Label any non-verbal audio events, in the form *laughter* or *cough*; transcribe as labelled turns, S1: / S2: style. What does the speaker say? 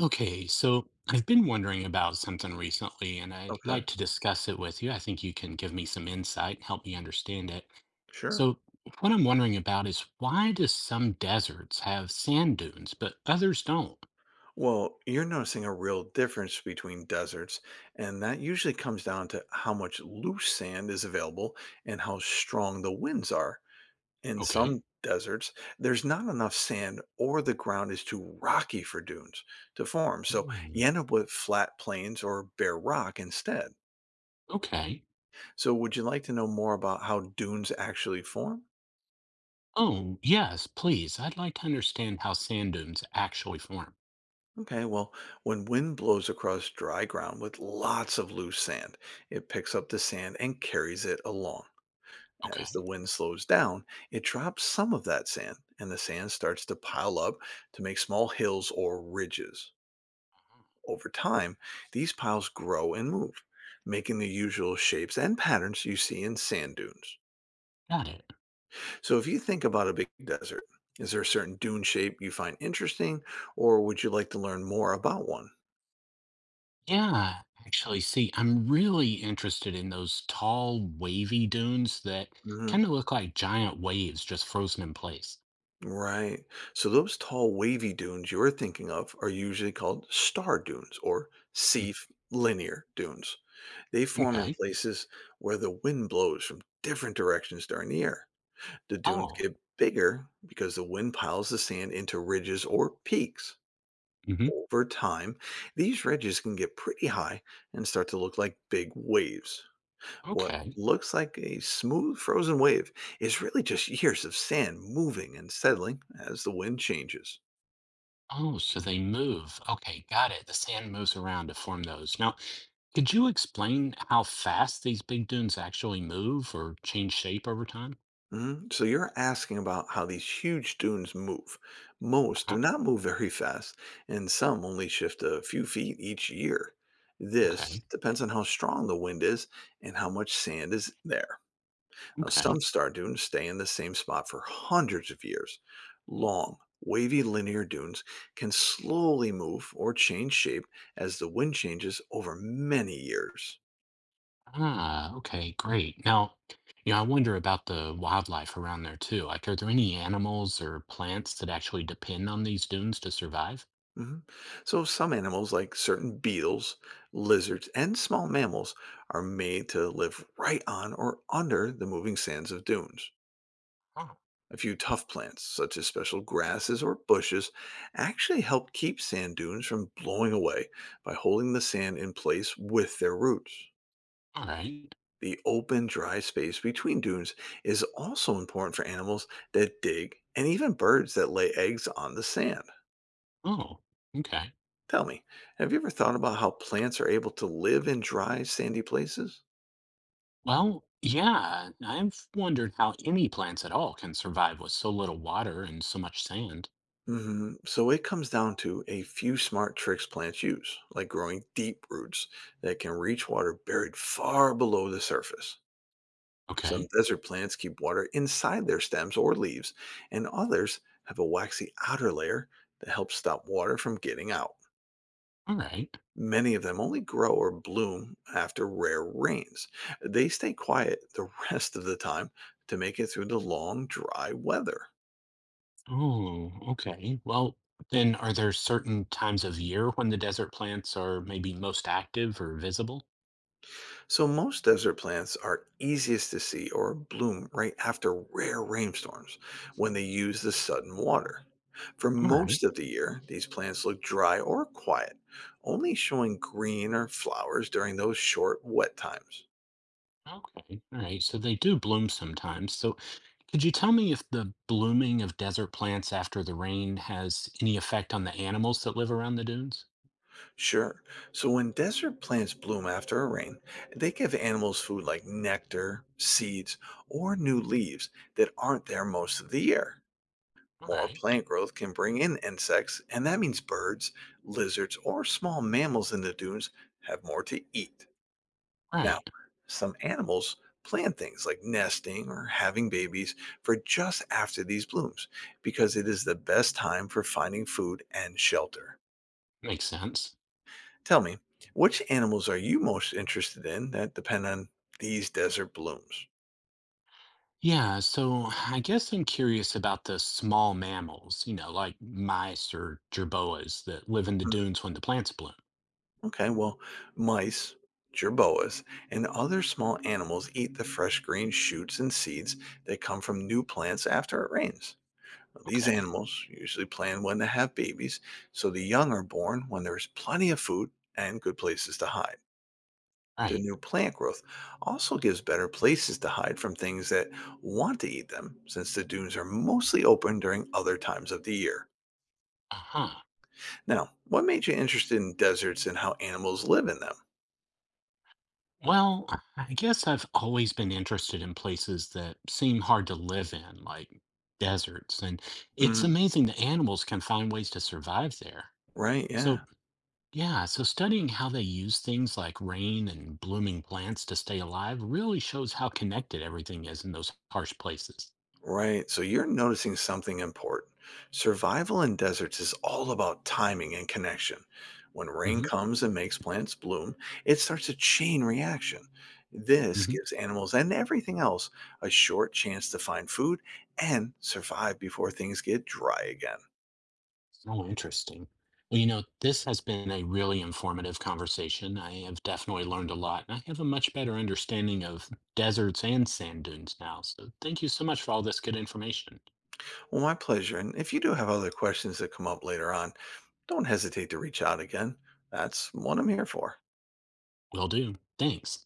S1: Okay, so I've been wondering about something recently, and I'd
S2: Okay,
S1: like to discuss it with you. I think you can give me some insight and help me understand it.
S2: sure.
S1: So, what I'm wondering about is why does some deserts have sand dunes, but others don't?
S2: Well, you're noticing a real difference between deserts, and that usually comes down to how much loose sand is available and how strong the winds are. In
S1: Okay.
S2: some deserts, there's not enough sand or the ground is too rocky for dunes to form, so
S1: Hmm.
S2: you end up with flat plains or bare rock instead.
S1: Okay.
S2: So, would you like to know more about how dunes actually form?
S1: Oh, yes, please. I'd like to understand how sand dunes actually form.
S2: Okay, well, when wind blows across dry ground with lots of loose sand, it picks up the sand and carries it along. As the
S1: Okay,
S2: wind slows down, it drops some of that sand, and the sand starts to pile up to make small hills or ridges. Over time, these piles grow and move, making the usual shapes and patterns you see in sand dunes.
S1: got it.
S2: So, if you think about a big desert, is there a certain dune shape you find interesting, or would you like to learn more about one?
S1: Yeah, actually, see, I'm really interested in those tall, wavy dunes that
S2: Hmm.
S1: kind of look like giant waves just frozen in place.
S2: Right. So those tall, wavy dunes you're thinking of are usually called star dunes or
S1: Mm.
S2: linear dunes. They form in
S1: Okay.
S2: places where the wind blows from different directions during the year. The dunes
S1: Oh,
S2: get bigger because the wind piles the sand into ridges or peaks.
S1: hmm.
S2: Over time, these ridges can get pretty high and start to look like big waves. What
S1: Okay.
S2: looks like a smooth frozen wave is really just years of sand moving and settling as the wind changes.
S1: Oh, so they move. Okay, got it. The sand moves around to form those. Now, could you explain how fast these big dunes actually move or change shape over time?
S2: Mhm. So you're asking about how these huge dunes move. Most do
S1: Uh-huh.
S2: not move very fast, and some only shift a few feet each year. This
S1: Okay.
S2: depends on how strong the wind is and how much sand is there. Now, some
S1: Okay.
S2: star dunes stay in the same spot for hundreds of years. Long, wavy linear dunes can slowly move or change shape as the wind changes over many years.
S1: Ah, okay, great. Now, I wonder about the wildlife around there too. Like, are there any animals or plants that actually depend on these dunes to survive?
S2: Mhm. So, some animals, like certain beetles, lizards, and small mammals, are made to live right on or under the moving sands of dunes.
S1: Oh,
S2: A few tough plants, such as special grasses or bushes, actually help keep sand dunes from blowing away by holding the sand in place with their roots.
S1: all right.
S2: The open, dry space between dunes is also important for animals that dig and even birds that lay eggs on the sand.
S1: Oh, okay.
S2: Tell me, have you ever thought about how plants are able to live in dry, sandy places?
S1: Well, yeah, I've wondered how any plants at all can survive with so little water and so much sand.
S2: So it comes down to a few smart tricks plants use, like growing deep roots that can reach water buried far below the surface. Some
S1: Okay.
S2: desert plants keep water inside their stems or leaves, and others have a waxy outer layer that helps stop water from getting out.
S1: All right.
S2: Many of them only grow or bloom after rare rains. They stay quiet the *laughs* rest of the time to make it through the long, dry weather.
S1: Oh, okay. Well, then are there certain times of year when the desert plants are maybe most active or visible?
S2: So most desert plants are easiest to see or bloom right after rare rainstorms when they use the sudden water. For
S1: All right.
S2: most of the year, these plants look dry or quiet, only showing green or flowers during those short wet times.
S1: Okay. All right. So they do bloom sometimes. So could you tell me if the blooming of desert plants after the rain has any effect on the animals that live around the dunes?
S2: Sure, so when desert plants bloom after a rain, they give animals food like nectar, seeds, or new leaves that aren't there most of the year.
S1: All
S2: More
S1: right.
S2: plant growth can bring in insects, and that means birds, lizards, or small mammals in the dunes have more to eat. Now,
S1: Right.
S2: some animals plan things like nesting or having babies for just after these blooms because it is the best time for finding food and shelter.
S1: Makes sense.
S2: Tell me, which animals are you most interested in that depend on these desert blooms?
S1: Yeah. So I guess I'm curious about the small mammals, like mice or jerboas that live in the
S2: Hmm.
S1: dunes when the plants bloom.
S2: Okay, well, mice, gerboas, and other small animals eat the fresh green shoots and seeds that come from new plants after it rains. These
S1: Okay.
S2: animals usually plan when to have babies, so the young are born when there's plenty of food and good places to hide. The
S1: Right.
S2: new plant growth also gives better places to hide from things that want to eat them, since the dunes are mostly open during other times of the year.
S1: Uh-huh.
S2: Now, what made you interested in deserts and how animals live in them?
S1: Well, I guess I've always been interested in places that seem hard to live in, like deserts, and it's
S2: hmm
S1: amazing that animals can find ways to survive there.
S2: Right,
S1: So,
S2: yeah.
S1: yeah, so studying how they use things like rain and blooming plants to stay alive really shows how connected everything is in those harsh places.
S2: Right. So you're noticing something important. Survival in deserts is all about timing and connection. When rain
S1: Hmm,
S2: comes and makes plants bloom, it starts a chain reaction. This
S1: hmm.
S2: gives animals and everything else a short chance to find food and survive before things get dry again.
S1: Oh, interesting. Well, this has been a really informative conversation. I have definitely learned a lot, and I have a much better understanding of deserts and sand dunes now. So, thank you so much for all this good information.
S2: Well, my pleasure. And if you do have other questions that come up later on, don't hesitate to reach out again. That's what I'm here for.
S1: Will do. Thanks.